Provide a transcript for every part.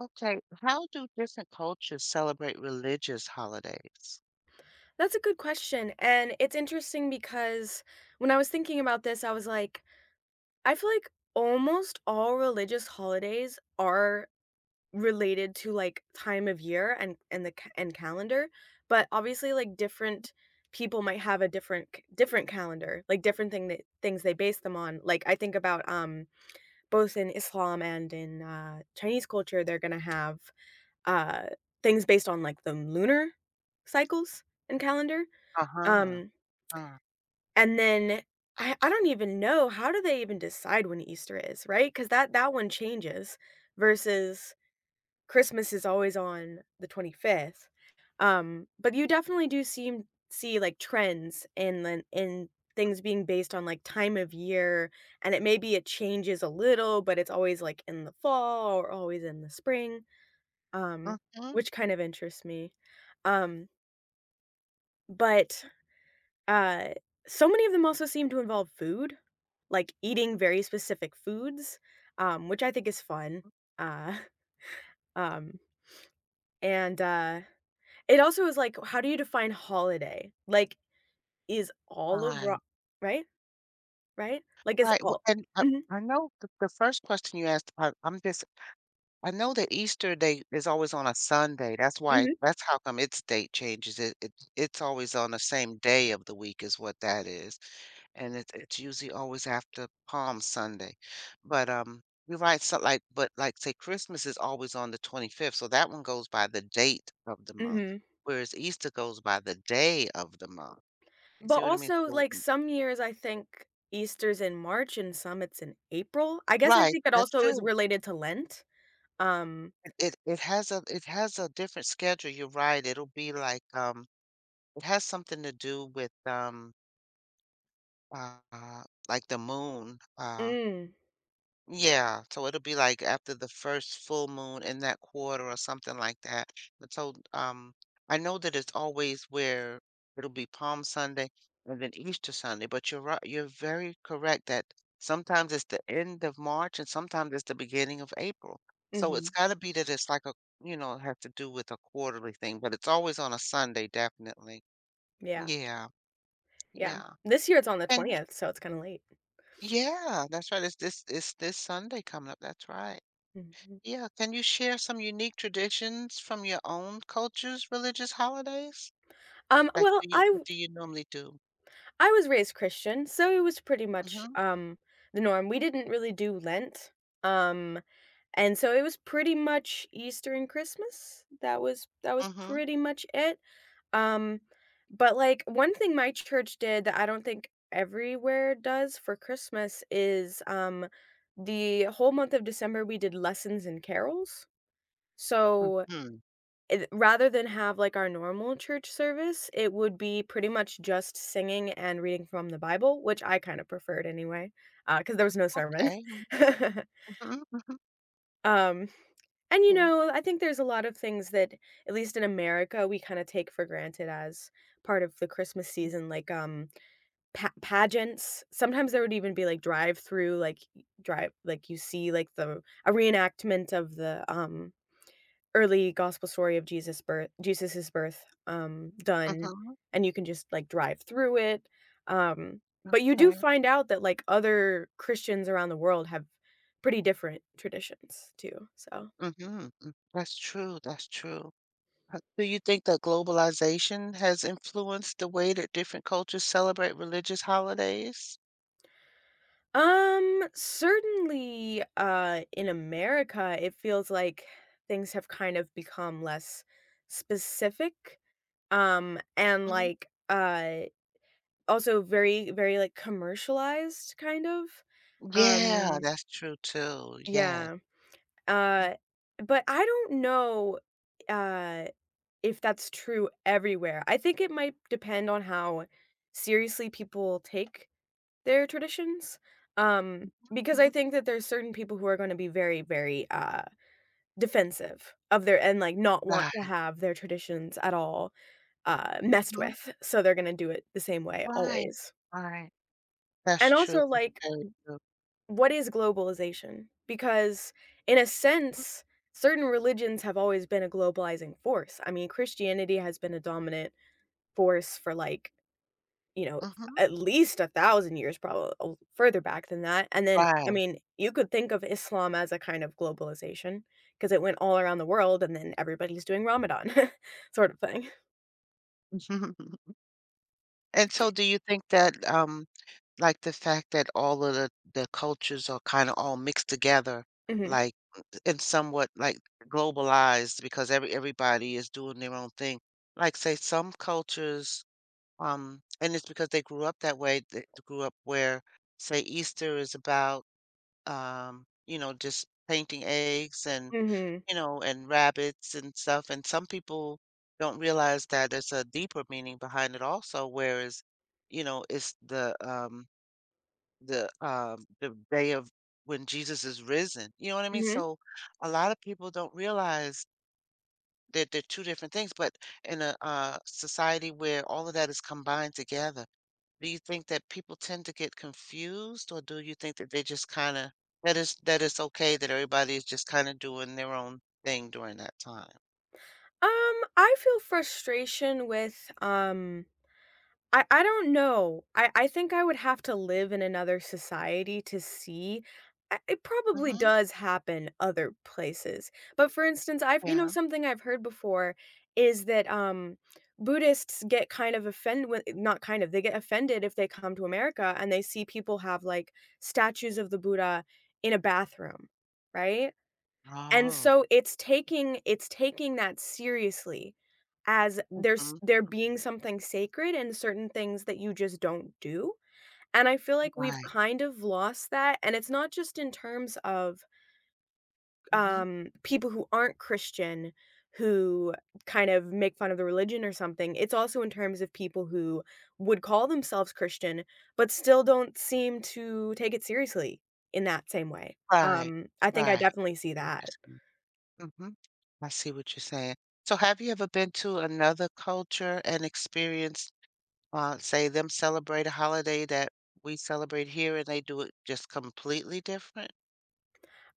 Okay, how do different cultures celebrate religious holidays? That's a good question, and it's interesting because when I was thinking about this, I was like, I feel like almost all religious holidays are related to, like, time of year and the ca and calendar, but obviously, like, different people might have a different calendar, like, different things they base them on. Like, I think about, both in Islam and in, Chinese culture, they're gonna have, uh, things based on, like, the lunar cycles and calendar, Uh-huh. um, Uh, and then I don't even know, how do they even decide when Easter is, right? Because that one changes versus Christmas is always on the 25th. But you definitely do see, like, trends and things being based on, like, time of year, and it maybe it changes a little, but it's always, like, in the fall or always in the spring, um, mhm. which kind of interests me. Um, but uh, so many of them also seem to involve food, like eating very specific foods, which I think is fun. Uh, um, and it also is like, how do you define holiday? Like, is all of ro- Right. right, right? Like, is Right. Well, all. and I, Hmm. I know the first question you asked, I'm just, I know that Easter Day is always on a Sunday. That's why, Hmm. that's how come its date changes. It's always on the same day of the week is what that is. And it's usually always after Palm Sunday. But you're right, so, like, say, Christmas is always on the 25th, so that one goes by the date of the month, Hmm. whereas Easter goes by the day of the month. You But see what I mean? also, So like some years, I think Easter's in March and some it's in April. I guess I right, think it that's also is true. related to Lent. Um, It it has a different schedule, you're right, it has something to do with, uh, like the moon, mm, yeah, so it'll be like after the first full moon in that quarter or something like that. But so I know that it's always where it'll be Palm Sunday and then Easter Sunday, but you're right, you're very correct that sometimes it's the end of March and sometimes it's the beginning of April. So hmm, it's got to be that it's like a, you know, have to do with a quarterly thing, but it's always on a Sunday, definitely. yeah. Yeah, Yeah. yeah. This year it's on the And 20th, so it's kinda late. yeah, that's right. It's this Sunday coming up. That's right. Mhm. Yeah, can you share some unique traditions from your own culture's religious holidays? Like, do Well, you I what w do you normally do? I was raised Christian, so it was pretty much, Mm the norm. We didn't really do Lent, um, and so it was pretty much Easter and Christmas. That was Mhm, pretty much it. Um, but, like, one thing my church did that I don't think everywhere does for Christmas is, the whole month of December, we did lessons and carols. mhm, So mhm, it rather than have, like, our normal church service, it would be pretty much just singing and reading from the Bible, which I kinda preferred anyway, because there was no sermon. okay, mhm, mhm, Um, and, you mm know, I think there's a lot of things that, at least in America, we kinda take for granted as part of the Christmas season, like, pa pageants. Sometimes there would even be, like, drive-through, like, you see, like, the a reenactment of the, early gospel story of Jesus's birth, done, mhm, and you can just, like, drive through it, but you do okay, find out that, like, other Christians around the world have pretty different traditions too, so. mm mhm, mm. That's true, that's true. Do you think that globalization has influenced the way that different cultures celebrate religious holidays? Certainly, in America, it feels like things have kind of become less specific, um, and, Mhm. like, uh, also very, very, like, commercialized kind of. Yeah, um that's true too, yeah. Yeah. Uh, but I don't know, uh, if that's true everywhere. I think it might depend on how seriously people take their traditions, um, because I Mhm, think that there's certain people who are gonna be very, very, defensive of their and, like, not want to right, have their traditions at all, messed mhm, with, so they're gonna do it the same way right, always. right. That's And true, also, that's like, very true. what is globalization? Because in a sense, certain religions have always been a globalizing force. I mean, Christianity has been a dominant force for, like, you know, Mhm. at least 1,000 years, probably further back than that. And then, Right. I mean, you could think of Islam as a kind of globalization because it went all around the world and then everybody's doing Ramadan sort of thing. And so do you think that, like, the fact that all of the cultures are kinda all mixed together, Hmm. like, and somewhat, like, globalized because everybody is doing their own thing. Like, say, some cultures, and it's because they grew up that way, they grew up where, say, Easter is about, you know, just painting eggs and Hmm. you know, and rabbits and stuff, and some people don't realize that there's a deeper meaning behind it also, whereas, you know, it's the day of when Jesus is risen. You know what I mean? Hmm. So a lot of people don't realize that they're two different things, but in a society where all of that is combined together, do you think that people tend to get confused, or do you think that they just kind of that it's okay that everybody is just kind of doing their own thing during that time? I feel frustration with, I don't know. I think I would have to live in another society to see. I It probably Mhm. does happen other places. But for instance, Yeah. something I've heard before is that, Buddhists get kind of offended. When, not kind of, they get offended if they come to America and they see people have, like, statues of the Buddha in a bathroom, right? And Oh. so it's taking that seriously, as there's Mhm. there being something sacred and certain things that you just don't do, and I feel like we've Right. kind of lost that, and it's not just in terms of, Mhm. People who aren't Christian who kind of make fun of the religion or something, it's also in terms of people who would call themselves Christian, but still don't seem to take it seriously in that same way. Right. I think I Right. definitely see that. Mm. Mhm. I see what you're saying. So have you ever been to another culture and experienced, say, them celebrate a holiday that we celebrate here and they do it just completely different?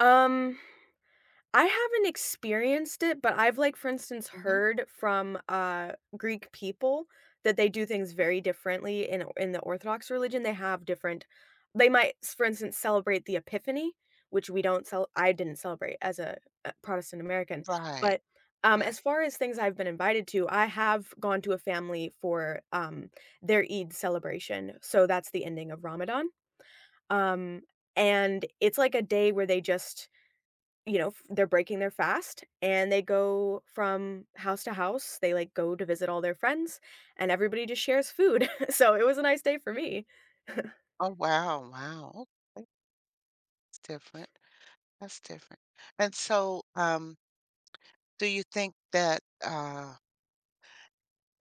Um, I haven't experienced it, but I've, like, for instance, Mm. Mhm. heard from, Greek people that they do things very differently in the Orthodox religion, they have different they might, s for instance, celebrate the Epiphany, which we don't cel I didn't celebrate as a, Protestant American, Right. but, Right. as far as things I've been invited to, I have gone to a family for, their Eid celebration, so that's the ending of Ramadan, um, and it's like a day where they just you know, f they're breaking their fast, and they go from house to house. They, like, go to visit all their friends, and everybody just shares food. So it was a nice day for me. Oh, wow. Wow. Okay. That's different. That's different. And so, do you think that,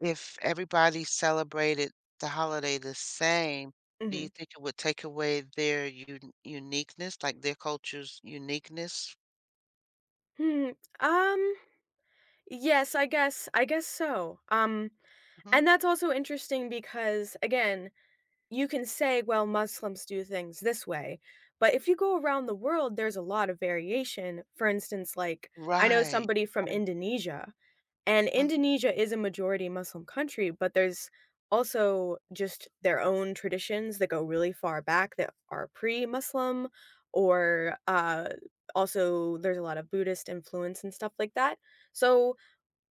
if everybody celebrated the holiday the same, do you Mhm. think it would take away their un uniqueness, like their culture's uniqueness? Hmm, um, yes, I guess so. Mhm. And that's also interesting because, again, you can say, well, Muslims do things this way. But if you go around the world, there's a lot of variation. For instance, like, I know Right. somebody from Right. Indonesia, and Mhm. Indonesia is a majority Muslim country, but there's also just their own traditions that go really far back that are pre Muslim, or also there's a lot of Buddhist influence and stuff like that. So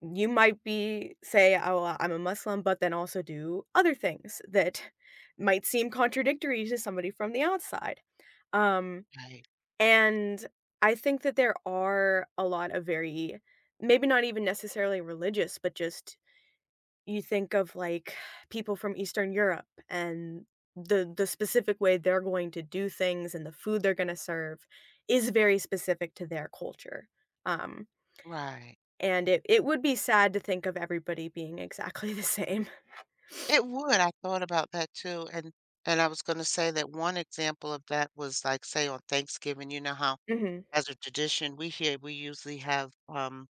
you might be say, "Oh, I'm a Muslim," but then also do other things that might seem contradictory to somebody from the outside. Um, Right. and I think that there are a lot of very maybe not even necessarily religious, but just, you think of, like, people from Eastern Europe and the specific way they're going to do things and the food they're gonna serve is very specific to their culture. Um Right. and it would be sad to think of everybody being exactly the same. It would. I thought about that too, and I was gonna say that one example of that was, like, say, on Thanksgiving, you know how, Mhm, as a tradition, we here, we usually have, um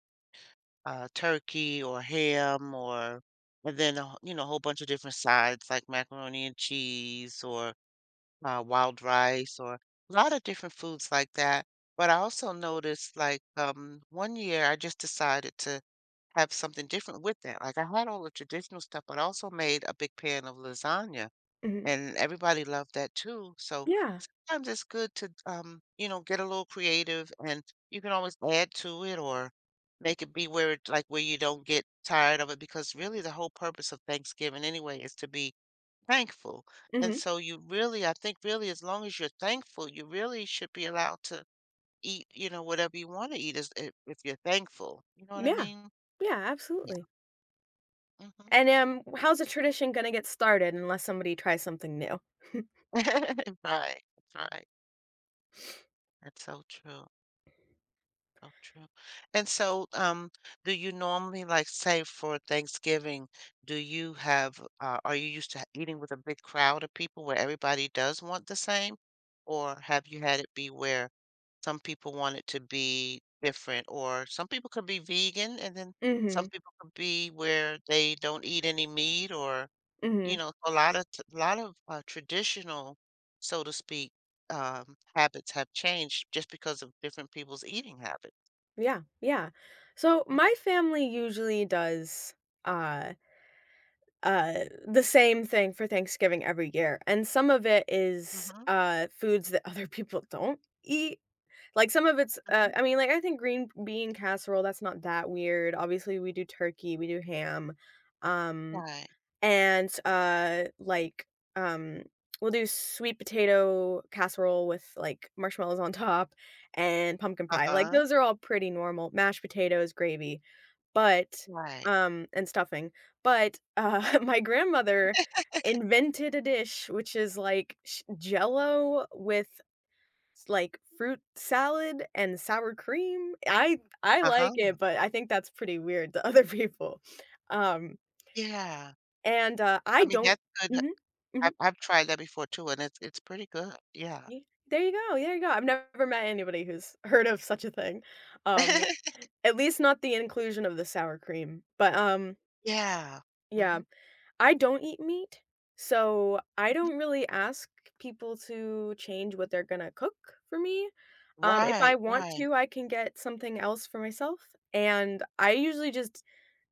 uh, turkey or ham or and then a wh you know, a whole bunch of different sides like macaroni and cheese or, wild rice or a lot of different foods like that. But I also noticed, like, one year I just decided to have something different with that. Like, I had all the traditional stuff, but I also made a big pan of lasagna, mhm. and everybody loved that too. So Yeah. sometimes it's good to, you know, get a little creative and you can always add to it or make it be where it like where you don't get tired of it because really the whole purpose of Thanksgiving anyway is to be thankful. And Mhm. so you really, I think really as long as you're thankful, you really should be allowed to eat, you know, whatever you want to eat is if you're thankful. You know what I Yeah. mean? Yeah, Yeah. absolutely. Hmm. And, how's a tradition gonna get started unless somebody tries something new? Right. Right. That's so true. Oh, true. And so, do you normally, like, say for Thanksgiving, do you have, are you used to eating with a big crowd of people where everybody does want the same? Or have you had it be where some people want it to be different? Or some people could be vegan and then some Mhm, people could be where they don't eat any meat or, you mhm. know, a lot of traditional, so to speak, habits have changed just because of different people's eating habits. Yeah, yeah. So, Mhm. my family usually does, uh the same thing for Thanksgiving every year, and some of it is, Mhm, foods that other people don't eat. Like, some of it's, mhm, I mean, like, I think green bean casserole, that's not that weird. Obviously, we do turkey, we do ham, um, right. and, um, we'll do sweet potato casserole with, like, marshmallows on top, and pumpkin pie. Like, Uh-huh. those are all pretty normal. Mashed potatoes, gravy, but, Right. And stuffing. But, my grandmother invented a dish which is like sh jell with, like, fruit salad and sour cream. I like Uh-huh. it, but I think that's pretty weird to other people. Um, Yeah. I I mean, don't. that's good. Mhm, mhm, I've tried that before too, and it's pretty good. Yeah. ye there you go, there you go. I've never met anybody who's heard of such a thing. Um, at least not the inclusion of the sour cream, but, Yeah. yeah. Mhm, I don't eat meat, so I mhm. don't really ask people to change what they're gonna cook for me. If I Right, want right, to, I can get something else for myself, and I usually just,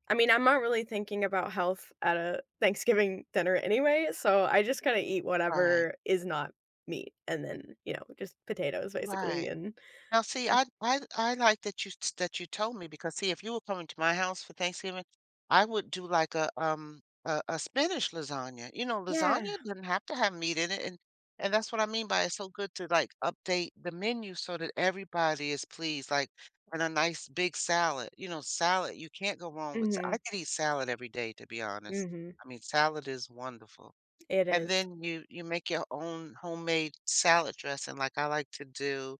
I mean, I'm not really thinking about health at a Thanksgiving dinner anyway, so I just kinda eat right, whatever is not meat and then, just potatoes basically, right. and Now, see, I like that that you told me because see, if you were coming to my house for Thanksgiving, I would do like a spinach lasagna. You know, yeah. lasagna doesn't have to have meat in it, and that's what I mean by it's so good to like update the menu so that everybody is pleased. Like, and a nice big salad. You know, salad you can't go wrong with. I Mhm. could eat salad every day, to be honest. Mhm. I mean, salad is wonderful. It is. And then you make your own homemade salad dressing, like I like to do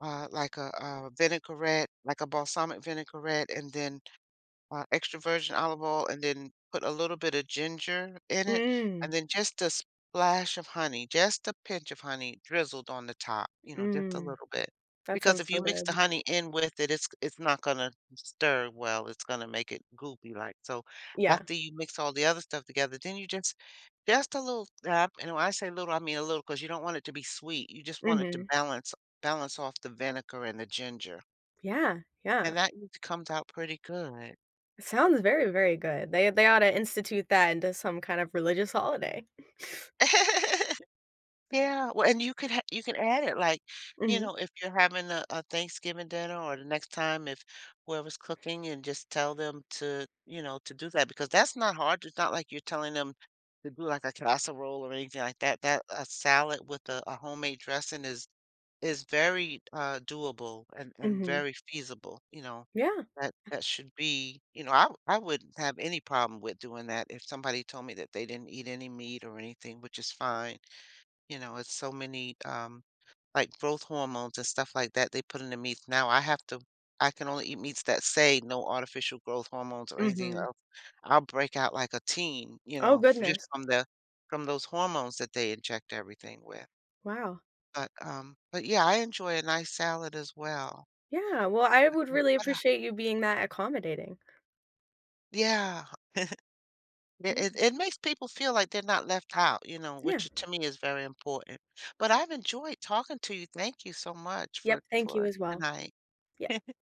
a vinaigrette, like a balsamic vinaigrette, and then extra virgin olive oil and then put a little bit of ginger in it, and Mm, then just a splash of honey, just a pinch of honey drizzled on the top, you know, just a mm, little bit. that Because sounds if so you mix the good. honey in with it, it's not gonna stir well. It's gonna make it goopy like. So Yeah, after you mix all the other stuff together, then you just a little dab. And when I say little, I mean a little because you don't want it to be sweet. You just want it to mhm, balance off the vinegar and the ginger. yeah, yeah. And that usually comes out pretty good. Sounds very, very good. They ought to institute that into some kind of religious holiday. Yeah, well, and you could ha you can add it, like, you Mhm, know, if you're having a Thanksgiving dinner or the next time if whoever's cooking and just tell them to, you know, to do that because that's not hard. It's not like you're telling them to do like a casserole or anything like that. That a salad with a homemade dressing is very doable and mhm, very feasible, you know. yeah, That that should be, you know, I wouldn't have any problem with doing that if somebody told me that they didn't eat any meat or anything, which is fine. You know, it's so many, like growth hormones and stuff like that they put in the meats. Now I have to I can only eat meats that say no artificial growth hormones or anything mhm. else. I'll break out like a teen, you Oh, know, just goodness, from the from those hormones that they inject everything with. wow. But yeah, I enjoy a nice salad as well. Yeah, well, I would Mm, really but, uh, appreciate you being that accommodating. yeah, Yeah, it it makes people feel like they're not left out, you know, yeah. which to me is very important. But I've enjoyed talking to you. Thank you so much Yep, thank you for as well. tonight. Yeah.